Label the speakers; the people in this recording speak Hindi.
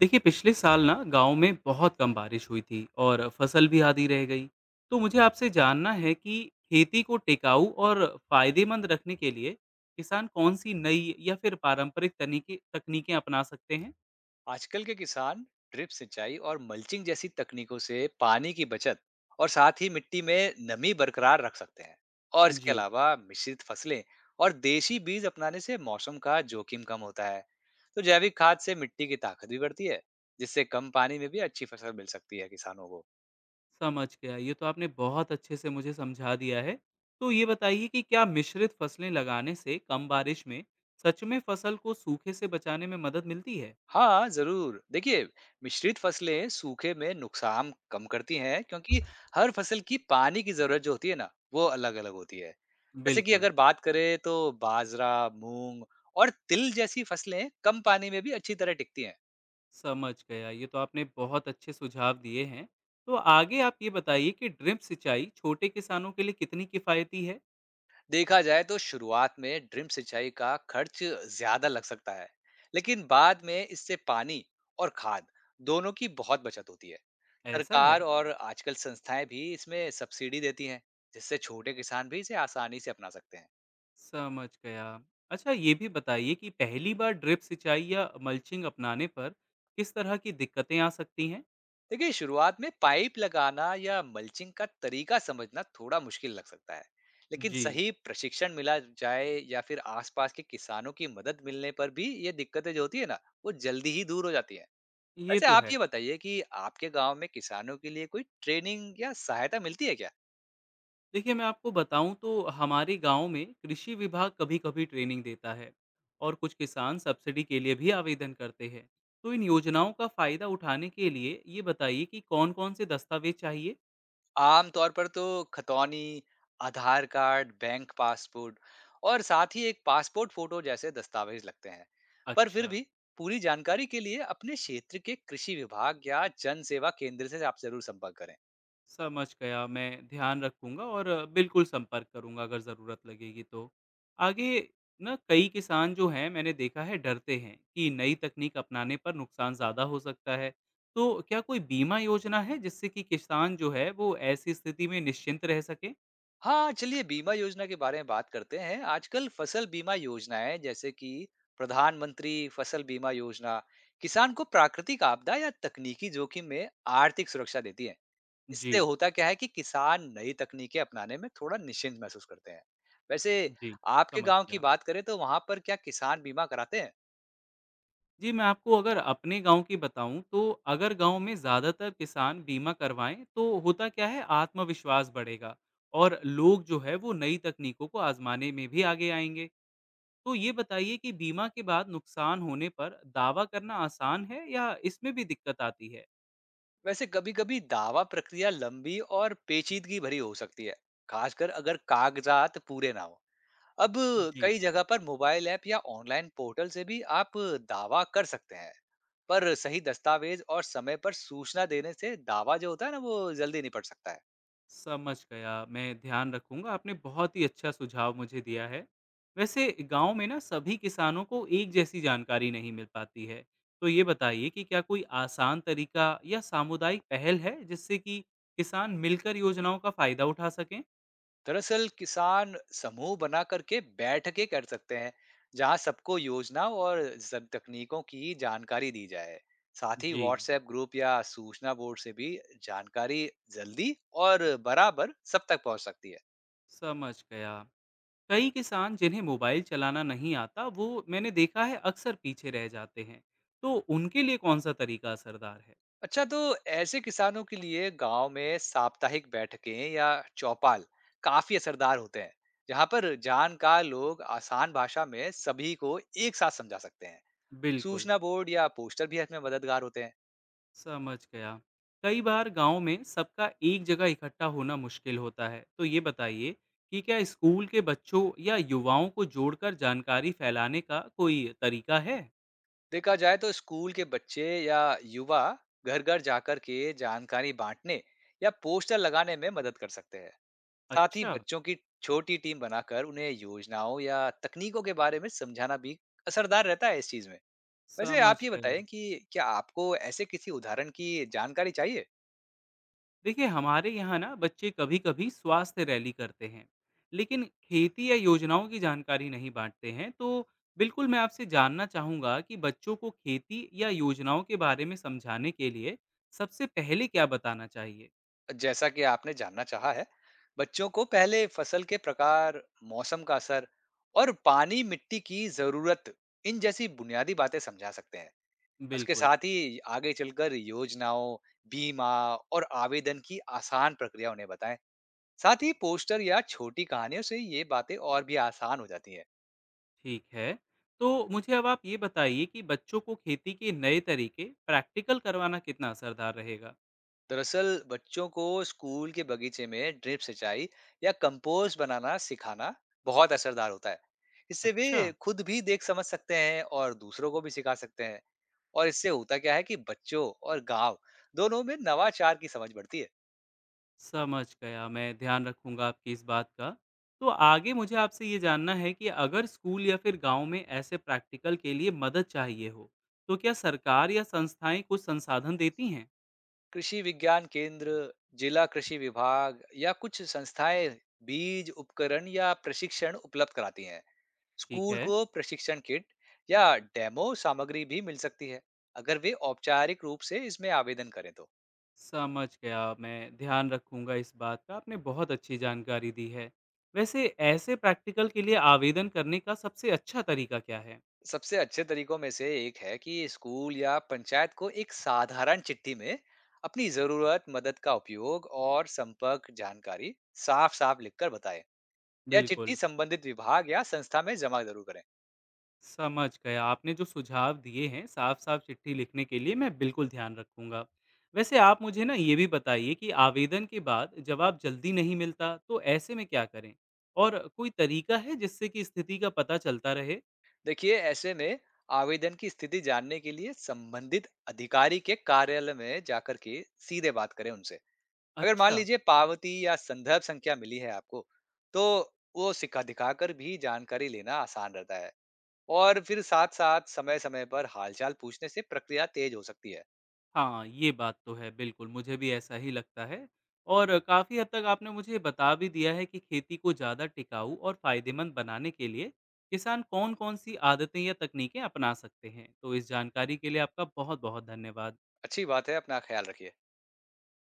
Speaker 1: देखिए पिछले साल ना गांव में बहुत कम बारिश हुई थी और फसल भी आधी रह गई। तो मुझे आपसे जानना है कि खेती को टिकाऊ और फायदेमंद रखने के लिए किसान कौन सी नई या फिर पारंपरिक तरीके तकनीकें अपना सकते हैं।
Speaker 2: आजकल के किसान ड्रिप सिंचाई और मल्चिंग जैसी तकनीकों से पानी की बचत और साथ ही मिट्टी में नमी बरकरार रख सकते हैं। और इसके
Speaker 1: जी,
Speaker 2: अलावा मिश्रित फसलें और देशी बीज अपनाने से मौसम का जोखिम कम होता है। तो जैविक खाद से मिट्टी की ताकत भी बढ़ती है, जिससे कम पानी में भी अच्छी फसल मिल सकती है किसानों को।
Speaker 1: समझ गया, ये तो आपने बहुत अच्छे से मुझे समझा दिया है। तो ये बताइए कि क्या मिश्रित फसलें लगाने से कम बारिश में सच में फसल को सूखे से बचाने में मदद मिलती है?
Speaker 2: हाँ, ज़रूर। देखिए, मिश्रित फसलें सूखे में नुकसान कम करती हैं, क्योंकि हर फसल की पानी की ज़रूरत जो होती है ना, वो अलग-अलग होती है। जैसे कि
Speaker 1: बिल्कुल।
Speaker 2: अगर बात करें तो बाजरा, मूँग और तिल जैसी फसलें कम पानी में भी अच्छी तरह टिकती हैं।
Speaker 1: समझ गया। ये तो आपने बहुत अच्छे सुझाव दिए हैं। तो आगे आप ये बताइए कि ड्रिप सिंचाई छोटे किसानों के लिए कितनी किफ़ायती है?
Speaker 2: देखा जाए तो शुरुआत में ड्रिप सिंचाई का खर्च ज्यादा लग सकता है, लेकिन बाद में इससे पानी और खाद दोनों की बहुत बचत होती है।
Speaker 1: ऐसा
Speaker 2: सरकार
Speaker 1: है?
Speaker 2: और आजकल संस्थाएं भी इसमें सब्सिडी देती हैं, जिससे छोटे किसान भी इसे आसानी से अपना सकते हैं।
Speaker 1: समझ गया। अच्छा, ये भी बताइए कि पहली बार ड्रिप सिंचाई या मल्चिंग अपनाने पर किस तरह की दिक्कतें आ सकती हैं?
Speaker 2: देखिए, शुरुआत में पाइप लगाना या मल्चिंग का तरीका समझना थोड़ा मुश्किल लग सकता है, लेकिन
Speaker 1: जी,
Speaker 2: सही प्रशिक्षण मिला जाए या फिर आसपास के किसानों की मदद मिलने पर भी ये दिक्कतें जो होती है ना, वो जल्दी ही दूर हो जाती हैं।
Speaker 1: ये
Speaker 2: वैसे
Speaker 1: तो
Speaker 2: आप
Speaker 1: है।
Speaker 2: ये बताइए कि आपके गांव में किसानों के लिए कोई ट्रेनिंग या सहायता मिलती है क्या?
Speaker 1: देखिए मैं आपको बताऊं तो हमारे गांव में कृषि विभाग कभी-कभी ट्रेनिंग देता है और कुछ किसान सब्सिडी के लिए भी आवेदन करते हैं। तो इन योजनाओं का फायदा उठाने के लिए ये बताइए कि कौन-कौन से दस्तावेज चाहिए।
Speaker 2: आम तौर पर तो खतौनी, आधार कार्ड, बैंक पासपोर्ट और साथ ही एक पासपोर्ट फोटो जैसे दस्तावेज लगते हैं। पर फिर
Speaker 1: अच्छा।
Speaker 2: भी पूरी जानकारी के लिए अपने क्षेत्र के कृषि विभाग या जन सेवा केंद्र से आप जरूर संपर्क करें।
Speaker 1: समझ गया, मैं ध्यान रखूँगा और बिल्कुल संपर्क करूँगा अगर ज़रूरत लगेगी तो। आगे ना कई किसान जो हैं मैंने देखा है डरते हैं कि नई तकनीक अपनाने पर नुकसान ज़्यादा हो सकता है। तो क्या कोई बीमा योजना है जिससे कि किसान जो है वो ऐसी स्थिति में निश्चिंत रह सके?
Speaker 2: हाँ, चलिए बीमा योजना के बारे में बात करते हैं। आजकल फसल बीमा योजनाएँ जैसे कि प्रधानमंत्री फसल बीमा योजना, किसान को प्राकृतिक आपदा या तकनीकी जोखिम में आर्थिक सुरक्षा देती है।
Speaker 1: जी।
Speaker 2: इससे होता क्या है कि किसान नई तकनीकें अपनाने में थोड़ा निश्चिंत महसूस करते हैं। वैसे
Speaker 1: जी।
Speaker 2: आपके
Speaker 1: समझ
Speaker 2: गाँव की
Speaker 1: गया।
Speaker 2: बात करें तो वहाँ पर क्या किसान बीमा कराते हैं?
Speaker 1: जी, मैं आपको अगर अपने गाँव की बताऊँ तो अगर गाँव में ज़्यादातर किसान बीमा करवाएँ तो होता क्या है, आत्मविश्वास बढ़ेगा और लोग जो है वो नई तकनीकों को आज़माने में भी आगे आएँगे। तो ये बताइए कि बीमा के बाद नुकसान होने पर दावा करना आसान है या इसमें भी दिक्कत आती है?
Speaker 2: वैसे कभी-कभी दावा प्रक्रिया लंबी और पेचीदगी भरी हो सकती है, खासकर अगर कागज़ात पूरे ना हों। अब
Speaker 1: जी।
Speaker 2: कई जगह पर मोबाइल ऐप या ऑनलाइन पोर्टल से भी आप दावा कर सकते हैं। पर सही दस्तावेज और समय पर सूचना देने से दावा जो होता है ना, वो जल्दी निपट सकता है।
Speaker 1: समझ गया, मैं ध्यान रखूँगा, आपने बहुत ही अच्छा सुझाव मुझे दिया है। वैसे गाँव में ना सभी किसानों को एक जैसी जानकारी नहीं मिल पाती है। तो ये बताइए कि क्या कोई आसान तरीका या सामुदायिक पहल है, जिससे कि किसान मिलकर योजनाओं का फ़ायदा उठा सकें?
Speaker 2: दरअसल किसान समूह बना करके बैठकें कर सकते हैं, जहां सबको योजना और जब तकनीकों की जानकारी दी जाए। साथ ही
Speaker 1: जी।
Speaker 2: व्हाट्सएप ग्रुप या सूचना बोर्ड से भी जानकारी जल्दी और बराबर सब तक पहुंच सकती है।
Speaker 1: समझ गया। कई किसान जिन्हें मोबाइल चलाना नहीं आता, वो मैंने देखा है अक्सर पीछे रह जाते हैं। तो उनके लिए कौन-सा तरीका असरदार है?
Speaker 2: अच्छा, तो ऐसे किसानों के लिए गांव में साप्ताहिक बैठकें या चौपाल काफी असरदार होते हैं, जहां पर जानकार लोग आसान भाषा में सभी को एक साथ समझा सकते हैं।
Speaker 1: बिल्कुल।
Speaker 2: सूचना बोर्ड या पोस्टर भी इसमें मददगार होते हैं।
Speaker 1: समझ गया। कई बार गाँव में सबका एक जगह इकट्ठा होना मुश्किल होता है। तो ये बताइए कि क्या स्कूल के बच्चों या युवाओं को जोड़कर जानकारी फैलाने का कोई तरीका है?
Speaker 2: देखा जाए तो स्कूल के बच्चे या युवा घर घर जाकर के जानकारी बांटने या पोस्टर लगाने में मदद कर सकते हैं। साथ ही
Speaker 1: अच्छा।
Speaker 2: बच्चों की छोटी टीम बनाकर उन्हें योजनाओं या तकनीकों के बारे में समझाना भी असरदार रहता है इस चीज में। वैसे
Speaker 1: समझ
Speaker 2: आप ये
Speaker 1: गया।
Speaker 2: बताएं कि क्या आपको ऐसे किसी उदाहरण की जानकारी चाहिए?
Speaker 1: देखिए हमारे यहाँ ना बच्चे कभी-कभी स्वास्थ्य रैली करते हैं, लेकिन खेती या योजनाओं की जानकारी नहीं बाँटते हैं। तो बिल्कुल मैं आपसे जानना चाहूँगा कि बच्चों को खेती या योजनाओं के बारे में समझाने के लिए सबसे पहले क्या बताना चाहिए?
Speaker 2: जैसा कि आपने जानना चाहा है, बच्चों को पहले फसल के प्रकार, मौसम का असर और पानी, मिट्टी की ज़रूरत, इन जैसी बुनियादी बातें समझा सकते हैं। उसके
Speaker 1: बिल्कुल।
Speaker 2: साथ ही आगे चलकर योजनाओं, बीमा और आवेदन की आसान प्रक्रिया उन्हें बताएं। साथ ही पोस्टर या छोटी कहानियों से ये बातें और भी आसान हो जाती हैं।
Speaker 1: ठीक है। तो मुझे अब आप ये बताइए कि बच्चों को खेती के नए तरीके प्रैक्टिकल करवाना कितना असरदार रहेगा?
Speaker 2: दरअसल बच्चों को स्कूल के बगीचे में ड्रिप सिंचाई या कंपोस्ट बनाना सिखाना बहुत असरदार होता है। इससे वे
Speaker 1: अच्छा।
Speaker 2: खुद भी देख समझ सकते हैं और दूसरों को भी सिखा सकते हैं। और इससे होता क्या है कि बच्चों और गांव दोनों में नवाचार की समझ बढ़ती है।
Speaker 1: समझ गया। मैं ध्यान रखूंगा आपकी इस बात का। तो आगे मुझे आपसे ये जानना है कि अगर स्कूल या फिर गांव में ऐसे प्रैक्टिकल के लिए मदद चाहिए हो, तो क्या सरकार या संस्थाएं कुछ संसाधन देती हैं?
Speaker 2: कृषि विज्ञान केंद्र, जिला कृषि विभाग या कुछ संस्थाएं बीज उपकरण या प्रशिक्षण उपलब्ध कराती हैं।
Speaker 1: ठीक
Speaker 2: स्कूल
Speaker 1: है।
Speaker 2: को प्रशिक्षण किट या डेमो सामग्री भी मिल सकती है, अगर वे औपचारिक रूप से इसमें आवेदन करें तो।
Speaker 1: समझ गया, मैं ध्यान रखूंगा इस बात का। आपने बहुत अच्छी जानकारी दी है। वैसे ऐसे प्रैक्टिकल के लिए आवेदन करने का सबसे अच्छा तरीका क्या है?
Speaker 2: सबसे अच्छे तरीकों में से एक है कि स्कूल या पंचायत को एक साधारण चिट्ठी में अपनी जरूरत, मदद का उपयोग और संपर्क जानकारी साफ साफ लिखकर बताएं। यह चिट्ठी
Speaker 1: बिल्कुल।
Speaker 2: संबंधित विभाग या संस्था में जमा जरूर करें।
Speaker 1: समझ गया, आपने जो सुझाव दिए हैं साफ साफ चिट्ठी लिखने के लिए, मैं बिल्कुल ध्यान रखूंगा। वैसे आप मुझे ना ये भी बताइए कि आवेदन के बाद जवाब जल्दी नहीं मिलता तो ऐसे में क्या करें? और कोई तरीका है जिससे कि स्थिति का पता चलता रहे?
Speaker 2: देखिए, ऐसे में आवेदन की स्थिति जानने के लिए संबंधित अधिकारी के कार्यालय में जाकर के सीधे बात करें उनसे। अगर मान
Speaker 1: अच्छा।
Speaker 2: लीजिए पावती या संदर्भ संख्या मिली है आपको, तो वो सिक्का दिखाकर भी जानकारी लेना आसान रहता है। और फिर साथ-साथ समय-समय पर हालचाल पूछने से प्रक्रिया तेज हो सकती है।
Speaker 1: हाँ, ये बात तो है बिल्कुल, मुझे भी ऐसा ही लगता है। और काफ़ी हद तक आपने मुझे बता भी दिया है कि खेती को ज़्यादा टिकाऊ और फ़ायदेमंद बनाने के लिए किसान कौन-कौन सी आदतें या तकनीकें अपना सकते हैं। तो इस जानकारी के लिए आपका बहुत-बहुत धन्यवाद।
Speaker 2: अच्छी बात है, अपना ख्याल रखिए।